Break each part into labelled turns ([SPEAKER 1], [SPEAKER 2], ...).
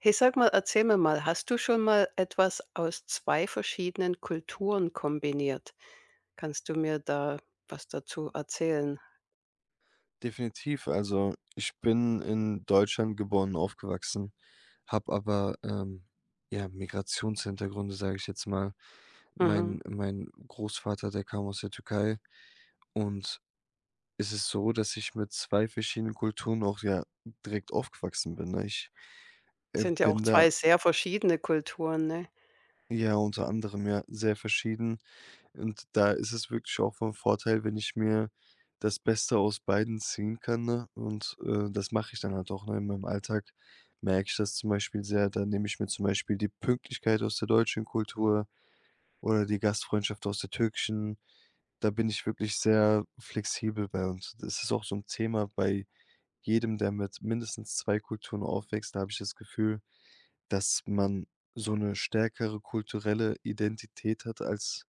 [SPEAKER 1] Hey, sag mal, erzähl mir mal, hast du schon mal etwas aus 2 verschiedenen Kulturen kombiniert? Kannst du mir da was dazu erzählen?
[SPEAKER 2] Definitiv. Also, ich bin in Deutschland geboren und aufgewachsen, habe aber, ja, Migrationshintergründe, sage ich jetzt mal.
[SPEAKER 1] Mhm.
[SPEAKER 2] Mein Großvater, der kam aus der Türkei und es ist so, dass ich mit 2 verschiedenen Kulturen auch, ja, direkt aufgewachsen bin, ne? Ich,
[SPEAKER 1] Sind ja auch
[SPEAKER 2] bin da
[SPEAKER 1] 2 sehr verschiedene Kulturen, ne?
[SPEAKER 2] ja unter anderem ja sehr verschieden. Und da ist es wirklich auch von Vorteil, wenn ich mir das Beste aus beiden ziehen kann, ne? Und, das mache ich dann halt auch, ne? In meinem Alltag merke ich das zum Beispiel sehr. Da nehme ich mir zum Beispiel die Pünktlichkeit aus der deutschen Kultur oder die Gastfreundschaft aus der türkischen. Da bin ich wirklich sehr flexibel bei und das ist auch so ein Thema bei jedem, der mit mindestens 2 Kulturen aufwächst. Da habe ich das Gefühl, dass man so eine stärkere kulturelle Identität hat als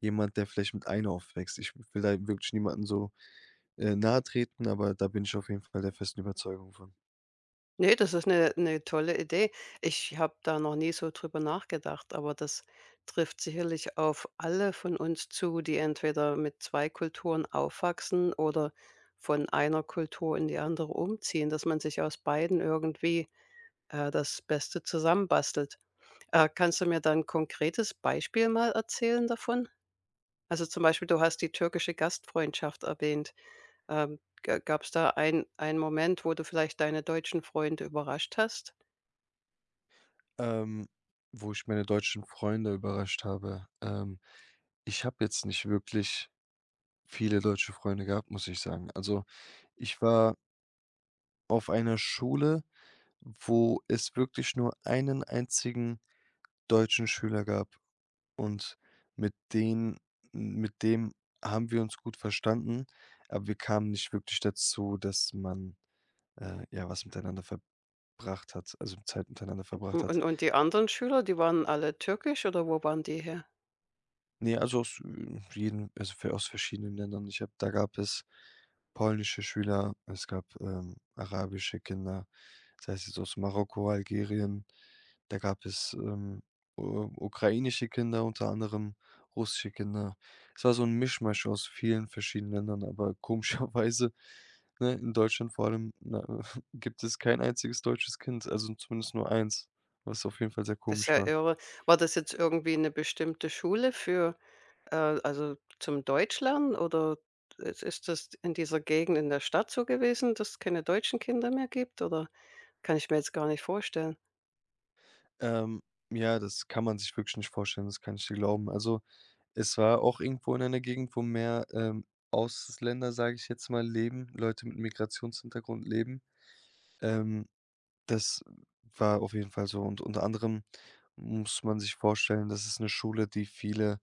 [SPEAKER 2] jemand, der vielleicht mit einem aufwächst. Ich will da wirklich niemanden so, nahetreten, aber da bin ich auf jeden Fall der festen Überzeugung von.
[SPEAKER 1] Ne, das ist eine tolle Idee. Ich habe da noch nie so drüber nachgedacht, aber das trifft sicherlich auf alle von uns zu, die entweder mit 2 Kulturen aufwachsen oder von einer Kultur in die andere umziehen, dass man sich aus beiden irgendwie das Beste zusammenbastelt. Kannst du mir dann 'n konkretes Beispiel mal erzählen davon? Also, zum Beispiel, du hast die türkische Gastfreundschaft erwähnt. Ga Gab's da einen Moment, wo du vielleicht deine deutschen Freunde überrascht hast?
[SPEAKER 2] Ähm, Wo ich meine deutschen Freunde überrascht habe, ich habe jetzt nicht wirklich viele deutsche Freunde gehabt, muss ich sagen. Also, ich war auf einer Schule, wo es wirklich nur einen einzigen deutschen Schüler gab und mit den mit dem haben wir uns gut verstanden, aber wir kamen nicht wirklich dazu, dass man ja, was miteinander verbracht hat also Zeit miteinander
[SPEAKER 1] U
[SPEAKER 2] verbracht hat.
[SPEAKER 1] und die anderen Schüler, die waren alle türkisch oder wo waren die her?
[SPEAKER 2] Ne, also aus verschiedenen Ländern. Ich habe da gab es polnische Schüler, es gab, arabische Kinder, das heißt jetzt aus Marokko, Algerien. Da gab es, u ukrainische Kinder unter anderem, russische Kinder. Es war so ein Mischmasch aus vielen verschiedenen Ländern, aber komischerweise, ne, in Deutschland vor allem, na, gibt es kein einziges deutsches Kind, also zumindest nur eins, was auf jeden Fall sehr
[SPEAKER 1] Das ist
[SPEAKER 2] komisch
[SPEAKER 1] ja
[SPEAKER 2] war.
[SPEAKER 1] irre. War das jetzt irgendwie eine bestimmte Schule für, also, zum Deutschlernen oder is ist das in dieser Gegend in der Stadt so gewesen, dass es keine deutschen Kinder mehr gibt, oder? Kann ich mir jetzt gar nicht vorstellen.
[SPEAKER 2] Ähm, ja, das kann man sich wirklich nicht vorstellen, das kann ich dir glauben. Also, es war auch irgendwo in einer Gegend, wo mehr, Ausländer, sage ich jetzt mal, leben, Leute mit Migrationshintergrund leben. Ähm, Das war auf jeden Fall so und unter anderem muss man sich vorstellen, das ist eine Schule, die viele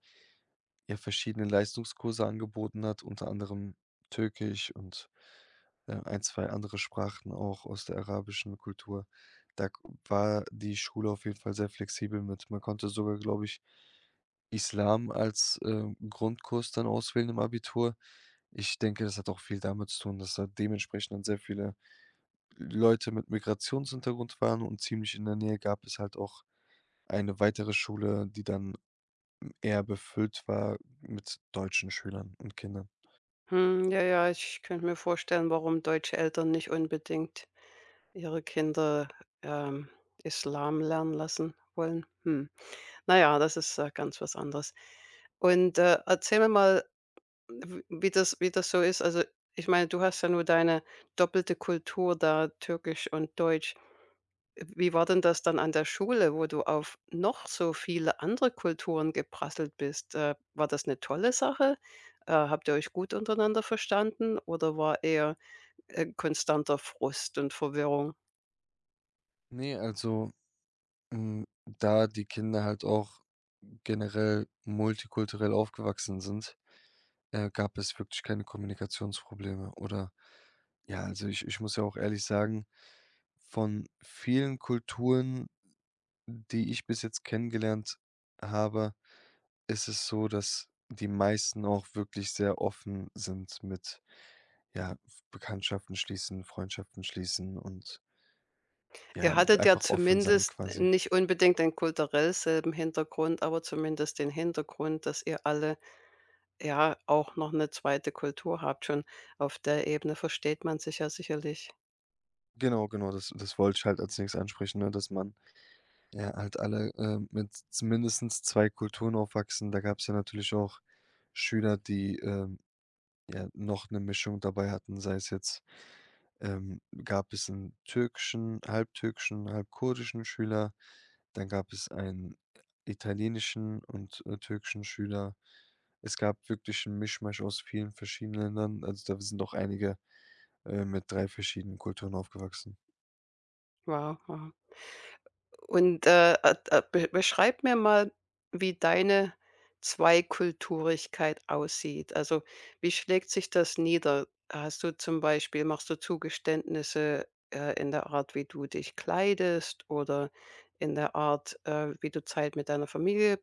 [SPEAKER 2] ja verschiedene Leistungskurse angeboten hat, unter anderem Türkisch und, ein, zwei andere Sprachen auch aus der arabischen Kultur. Da k war die Schule auf jeden Fall sehr flexibel mit. Man konnte sogar, glaube ich, Islam als, Grundkurs dann auswählen im Abitur. Ich denke, das hat auch viel damit zu tun, dass da dementsprechend dann sehr viele Leute mit Migrationshintergrund waren und ziemlich in der Nähe gab es halt auch eine weitere Schule, die dann eher befüllt war mit deutschen Schülern und Kindern.
[SPEAKER 1] Hm, ja, ja, ich könnte mir vorstellen, warum deutsche Eltern nicht unbedingt ihre Kinder, ähm, Islam lernen lassen wollen. Hm. Na ja, das ist, ganz was anderes. Und, erzähl mir mal, w wie das so ist. Also, ich meine, du hast ja nur deine doppelte Kultur da, türkisch und deutsch. Wie war denn das dann an der Schule, wo du auf noch so viele andere Kulturen geprasselt bist? War das eine tolle Sache? Habt ihr euch gut untereinander verstanden oder war eher, konstanter Frust und Verwirrung?
[SPEAKER 2] Ne, also, hm, da die Kinder halt auch generell multikulturell aufgewachsen sind, gab es wirklich keine Kommunikationsprobleme oder ja, also, ich muss ja auch ehrlich sagen, von vielen Kulturen, die ich bis jetzt kennengelernt habe, ist es so, dass die meisten auch wirklich sehr offen sind mit, ja, Bekanntschaften schließen, Freundschaften schließen und
[SPEAKER 1] Ihr
[SPEAKER 2] ja,
[SPEAKER 1] hattet ja
[SPEAKER 2] einfach offen sein
[SPEAKER 1] zumindest
[SPEAKER 2] quasi.
[SPEAKER 1] nicht unbedingt den kulturell selben Hintergrund, aber zumindest den Hintergrund, dass ihr alle, ja, auch noch eine zweite Kultur habt. Schon auf der Ebene versteht man sich ja sicherlich.
[SPEAKER 2] Genau, genau, das wollte ich halt als Nächstes ansprechen, ne, dass man ja halt alle, mit z mindestens zwei Kulturen aufwachsen. Da gab es ja natürlich auch Schüler, die, ja noch eine Mischung dabei hatten, sei es jetzt, gab es einen türkischen halbtürkischen, halbkurdischen Schüler, dann gab es einen italienischen und, türkischen Schüler. Es gab wirklich 'n Mischmasch aus vielen verschiedenen Ländern. Also, da sind auch einige mit 3 verschiedenen Kulturen aufgewachsen.
[SPEAKER 1] Wow, aha. Und, be beschreib mir mal, wie deine Zweikulturigkeit aussieht. Also, wie schlägt sich das nieder? Hast du zum Beispiel Machst du Zugeständnisse, in der Art, wie du dich kleidest oder in der Art, wie du Zeit mit deiner Familie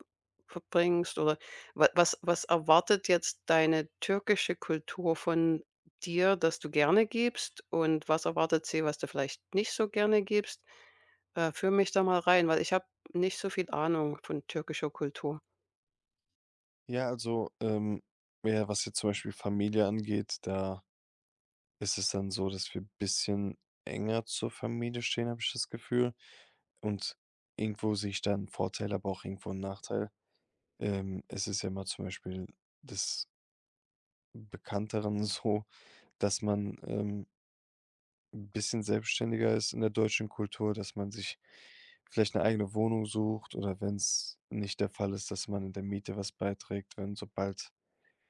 [SPEAKER 1] verbringst? Oder wa was was erwartet jetzt deine türkische Kultur von dir, dass du gerne gibst? Und was erwartet sie, was du vielleicht nicht so gerne gibst? Führ mich da mal rein, weil ich habe nicht so viel Ahnung von türkischer Kultur.
[SPEAKER 2] Ja, also, ja, was jetzt zum Beispiel Familie angeht, da ist es dann so, dass wir ein bisschen enger zur Familie stehen, habe ich das Gefühl. Und irgendwo sehe ich da 'n Vorteil, aber auch irgendwo 'n Nachteil. Es ist ja immer zum Beispiel des Bekannteren so, dass man, ein bisschen selbstständiger ist in der deutschen Kultur, dass man sich vielleicht eine eigene Wohnung sucht oder wenn es nicht der Fall ist, dass man in der Miete was beiträgt, wenn sobald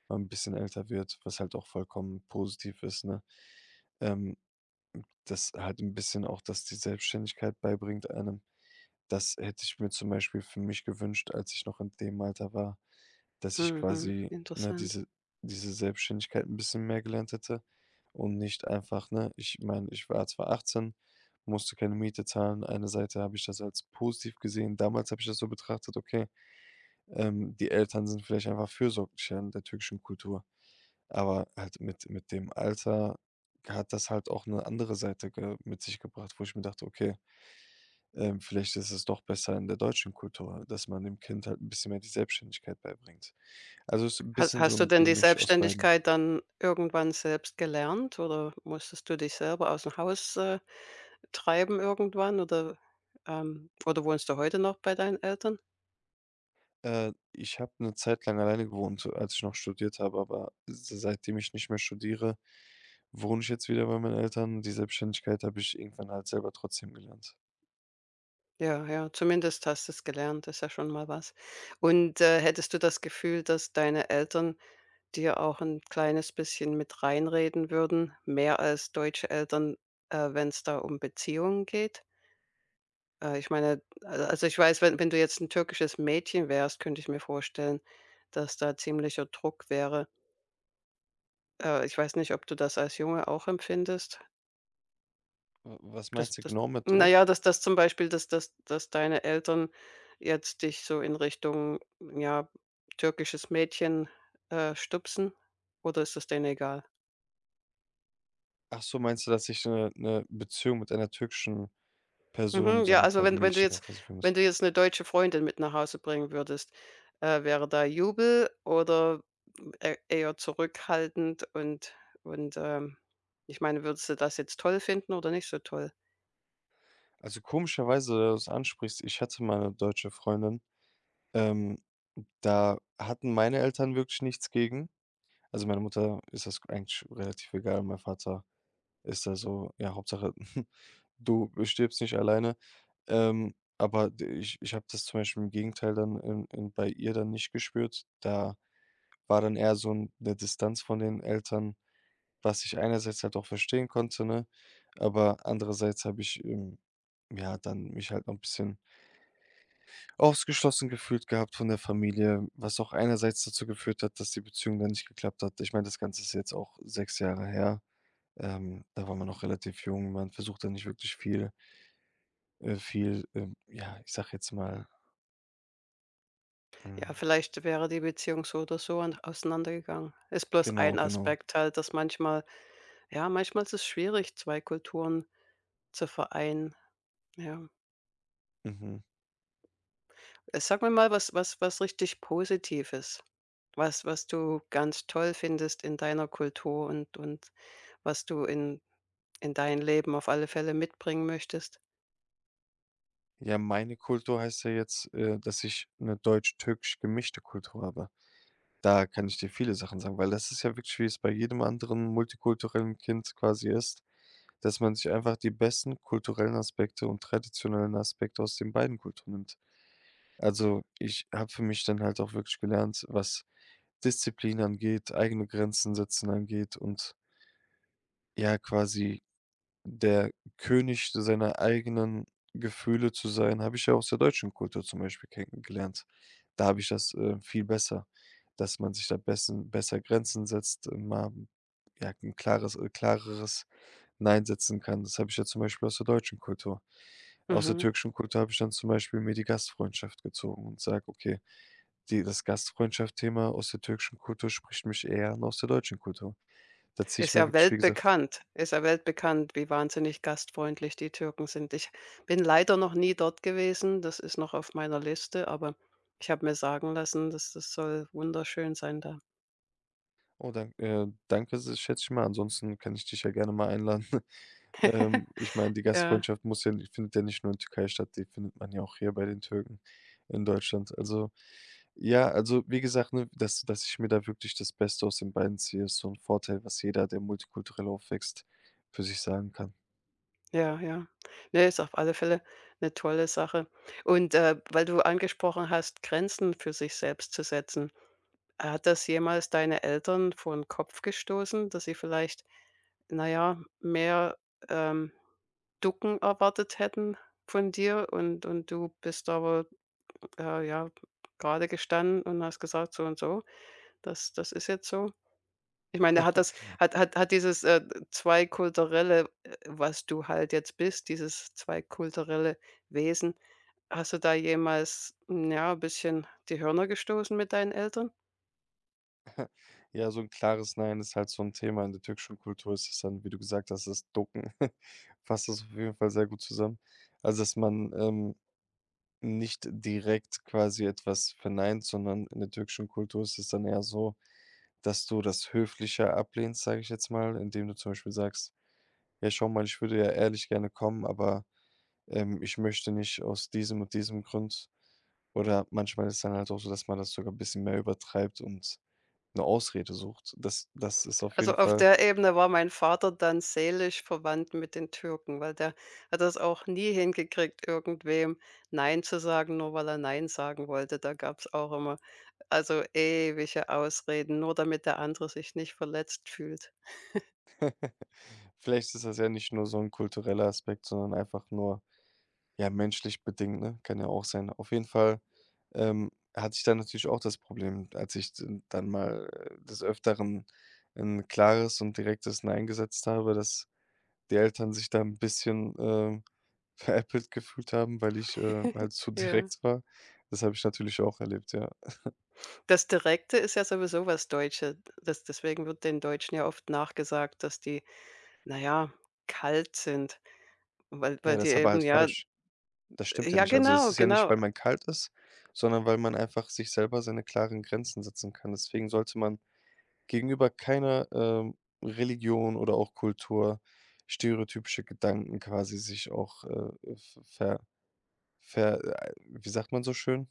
[SPEAKER 2] man 'n bisschen älter wird, was halt auch vollkommen positiv ist, ne? Ähm, Dass halt ein bisschen auch dass die Selbstständigkeit beibringt einem. Das hätte ich mir zum Beispiel für mich gewünscht, als ich noch in dem Alter war, dass ich
[SPEAKER 1] Mhm, mhm,
[SPEAKER 2] quasi, ne,
[SPEAKER 1] interessant.
[SPEAKER 2] diese Selbstständigkeit ein bisschen mehr gelernt hätte und nicht einfach, ne, ich meine, ich war zwar 18, musste keine Miete zahlen. Eine Seite habe ich das als positiv gesehen. Damals habe ich das so betrachtet: „Okay, die Eltern sind vielleicht einfach fürsorglicher in der türkischen Kultur." Aber halt mit dem Alter hat das halt auch eine andere Seite ge mit sich gebracht, wo ich mir dachte: „Okay, vielleicht ist es doch besser in der deutschen Kultur, dass man dem Kind halt ein bisschen mehr die Selbstständigkeit beibringt." Also, es ist ein
[SPEAKER 1] Hast
[SPEAKER 2] bisschen so
[SPEAKER 1] hast du
[SPEAKER 2] ein
[SPEAKER 1] denn die
[SPEAKER 2] Gemisch aus beiden.
[SPEAKER 1] Selbstständigkeit dann irgendwann selbst gelernt oder musstest du dich selber aus dem Haus, treiben irgendwann oder wohnst du heute noch bei deinen Eltern?
[SPEAKER 2] Ich habe eine Zeit lang alleine gewohnt, als ich noch studiert habe, aber se seitdem ich nicht mehr studiere, wohne ich jetzt wieder bei meinen Eltern. Die Selbstständigkeit habe ich irgendwann halt selber trotzdem gelernt.
[SPEAKER 1] Ja, ja, zumindest hast du es gelernt, ist ja schon mal was. Und, hättest du das Gefühl, dass deine Eltern dir auch ein kleines bisschen mit reinreden würden, mehr als deutsche Eltern, wenn es da um Beziehungen geht. Ich meine, al also, ich weiß, wenn du jetzt ein türkisches Mädchen wärst, könnte ich mir vorstellen, dass da ziemlicher Druck wäre. Ich weiß nicht, ob du das als Junge auch empfindest,
[SPEAKER 2] W Was meinst
[SPEAKER 1] dass
[SPEAKER 2] du genau mit Druck?
[SPEAKER 1] das zum Beispiel, dass deine Eltern jetzt dich so in Richtung, ja, türkisches Mädchen, stupsen oder ist das denen egal?
[SPEAKER 2] Ach so, meinst du, dass ich eine Beziehung mit einer türkischen Person,
[SPEAKER 1] Mhm,
[SPEAKER 2] so
[SPEAKER 1] ja,
[SPEAKER 2] eine
[SPEAKER 1] also
[SPEAKER 2] quasi
[SPEAKER 1] wenn
[SPEAKER 2] Mädchen ja quasi für
[SPEAKER 1] wenn
[SPEAKER 2] mich?
[SPEAKER 1] du jetzt eine deutsche Freundin mit nach Hause bringen würdest, wäre da Jubel oder e eher zurückhaltend und, ich meine, würdest du das jetzt toll finden oder nicht so toll?
[SPEAKER 2] Also, komischerweise, dass du das ansprichst, ich hatte mal 'ne deutsche Freundin. Ähm, Da hatten meine Eltern wirklich nichts gegen. Also, meine Mutter ist das eigentlich relativ egal. Mein Vater ist da so: „Ja, Hauptsache, du stirbst nicht alleine." Aber d ich ich habe das zum Beispiel im Gegenteil dann in bei ihr dann nicht gespürt. Da war dann eher so 'n 'ne Distanz von den Eltern, was ich einerseits halt auch verstehen konnte, ne? Aber andererseits habe ich, ja, dann mich halt noch 'n bisschen ausgeschlossen gefühlt gehabt von der Familie, was auch einerseits dazu geführt hat, dass die Beziehung dann nicht geklappt hat. Ich meine, das Ganze ist jetzt auch 6 Jahre her. Da war man noch relativ jung. Man versucht da nicht wirklich viel, ja, ich sag jetzt mal, hm,
[SPEAKER 1] Ja, vielleicht wäre die Beziehung so oder so an auseinandergegangen. Ist bloß
[SPEAKER 2] genau,
[SPEAKER 1] ein
[SPEAKER 2] genau.
[SPEAKER 1] Aspekt halt, dass manchmal ja, manchmal ist es schwierig, 2 Kulturen zu vereinen, ja.
[SPEAKER 2] Mhm.
[SPEAKER 1] Sag mir mal was richtig Positives. Was du ganz toll findest in deiner Kultur und was du in dein Leben auf alle Fälle mitbringen möchtest.
[SPEAKER 2] Ja, meine Kultur heißt ja jetzt, dass ich eine deutsch-türkisch gemischte Kultur habe. Da kann ich dir viele Sachen sagen, weil das ist ja wirklich, wie es bei jedem anderen multikulturellen Kind quasi ist. Dass man sich einfach die besten kulturellen Aspekte und traditionellen Aspekte aus den beiden Kulturen nimmt. Also, ich habe für mich dann halt auch wirklich gelernt, was Disziplin angeht, eigene Grenzen setzen angeht und ja, quasi der König seiner eigenen Gefühle zu sein, habe ich ja aus der deutschen Kultur zum Beispiel kennengelernt. Da habe ich das, viel besser, dass man sich da bessen besser Grenzen setzt, mal, ja, ein klares klareres Nein setzen kann. Das habe ich ja zum Beispiel aus der deutschen Kultur. Aus der
[SPEAKER 1] Mhm.
[SPEAKER 2] türkischen Kultur habe ich dann zum Beispiel mir die Gastfreundschaft gezogen und sage: „Okay, die das Gastfreundschaft-Thema aus der türkischen Kultur spricht mich eher an aus der deutschen Kultur." Da ziehe ich
[SPEAKER 1] Ist
[SPEAKER 2] mir
[SPEAKER 1] ja
[SPEAKER 2] wirklich, wie gesagt.
[SPEAKER 1] weltbekannt, wie wahnsinnig gastfreundlich die Türken sind. Ich bin leider noch nie dort gewesen, das ist noch auf meiner Liste, aber ich habe mir sagen lassen, dass das soll wunderschön sein da.
[SPEAKER 2] Oh, dann, danke, s schätze ich mal. Ansonsten kann ich dich ja gerne mal einladen. Ich meine, die
[SPEAKER 1] Ja,
[SPEAKER 2] Gastfreundschaft muss ja nicht findet ja nicht nur in Türkei statt, die findet man ja auch hier bei den Türken in Deutschland. Also, ja, also, wie gesagt, ne, dass ich mir da wirklich das Beste aus den beiden ziehe, ist so ein Vorteil, was jeder, der multikulturell aufwächst, für sich sagen kann.
[SPEAKER 1] ja, ja. Ne, ist auf alle Fälle eine tolle Sache. Und, weil du angesprochen hast, Grenzen für sich selbst zu setzen. Hat das jemals deine Eltern vor den Kopf gestoßen, dass sie vielleicht, na ja, mehr, ähm, Ducken erwartet hätten von dir und du bist aber, ja, gerade gestanden und hast gesagt: „So und so, das ist jetzt so?“ Ich meine, hat das hat dieses, zweikulturelle, was du halt jetzt bist, dieses zweikulturelle Wesen, hast du da jemals, ja, ein bisschen die Hörner gestoßen mit deinen Eltern?
[SPEAKER 2] Ja, so ein klares Nein ist halt so ein Thema. In der türkischen Kultur ist es dann, wie du gesagt hast, das Ducken. Fasst das auf jeden Fall sehr gut zusammen. Also, dass man, nicht direkt quasi etwas verneint, sondern in der türkischen Kultur ist es dann eher so, dass du das höflicher ablehnst, sage ich jetzt mal, indem du zum Beispiel sagst: „Ja, schau mal, ich würde ja ehrlich gerne kommen, aber, ich möchte nicht aus diesem und diesem Grund." Oder manchmal ist dann halt auch so, dass man das sogar ein bisschen mehr übertreibt und eine Ausrede sucht. Das das ist auf
[SPEAKER 1] Also,
[SPEAKER 2] jeden
[SPEAKER 1] auf
[SPEAKER 2] Fall
[SPEAKER 1] der Ebene war mein Vater dann seelisch verwandt mit den Türken, weil der hat das auch nie hingekriegt, irgendwem „Nein“ zu sagen, nur weil er „Nein“ sagen wollte. Da gab's auch immer also ewige Ausreden, nur damit der andere sich nicht verletzt fühlt.
[SPEAKER 2] Vielleicht ist das ja nicht nur so ein kultureller Aspekt, sondern einfach nur ja, menschlich bedingt, ne? Kann ja auch sein. Auf jeden Fall, ähm, hatte ich dann natürlich auch das Problem, als ich d dann mal, des Öfteren ein klares und direktes „Nein" gesetzt habe, dass die Eltern sich da ein bisschen, veräppelt gefühlt haben, weil ich, halt zu
[SPEAKER 1] Ja.
[SPEAKER 2] direkt war. Das habe ich natürlich auch erlebt, ja.
[SPEAKER 1] Das Direkte ist ja sowieso was Deutsche, das deswegen wird den Deutschen ja oft nachgesagt, dass die, naja, kalt sind, weil
[SPEAKER 2] Ja,
[SPEAKER 1] weil
[SPEAKER 2] das
[SPEAKER 1] die
[SPEAKER 2] ist aber halt
[SPEAKER 1] eben ja
[SPEAKER 2] falsch. Das stimmt ja
[SPEAKER 1] ja
[SPEAKER 2] nicht. Also, es
[SPEAKER 1] genau,
[SPEAKER 2] ist ja nicht,
[SPEAKER 1] genau,
[SPEAKER 2] weil man kalt ist, sondern weil man einfach sich selber seine klaren Grenzen setzen kann. Deswegen sollte man gegenüber keiner, Religion oder auch Kultur stereotypische Gedanken quasi sich auch, v ver ver wie sagt man so schön?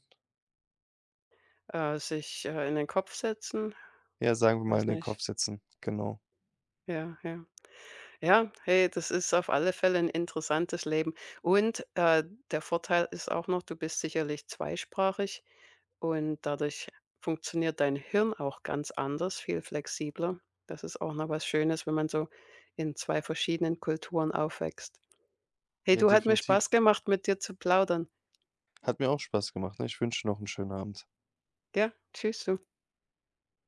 [SPEAKER 1] sich, in den Kopf setzen,
[SPEAKER 2] Ja, sagen wir mal, in
[SPEAKER 1] weiß
[SPEAKER 2] den Kopf
[SPEAKER 1] nicht.
[SPEAKER 2] setzen, genau.
[SPEAKER 1] Ja, ja. Ja, hey, das ist auf alle Fälle ein interessantes Leben. Und, der Vorteil ist auch noch, du bist sicherlich zweisprachig und dadurch funktioniert dein Hirn auch ganz anders, viel flexibler. Das ist auch noch was Schönes, wenn man so in 2 verschiedenen Kulturen aufwächst. Hey,
[SPEAKER 2] Ja,
[SPEAKER 1] du, hat mir
[SPEAKER 2] definitiv.
[SPEAKER 1] Spaß gemacht, mit dir zu plaudern.
[SPEAKER 2] Hat mir auch Spaß gemacht, ne? Ich wünsche noch einen schönen Abend.
[SPEAKER 1] Ja, tschüss, du.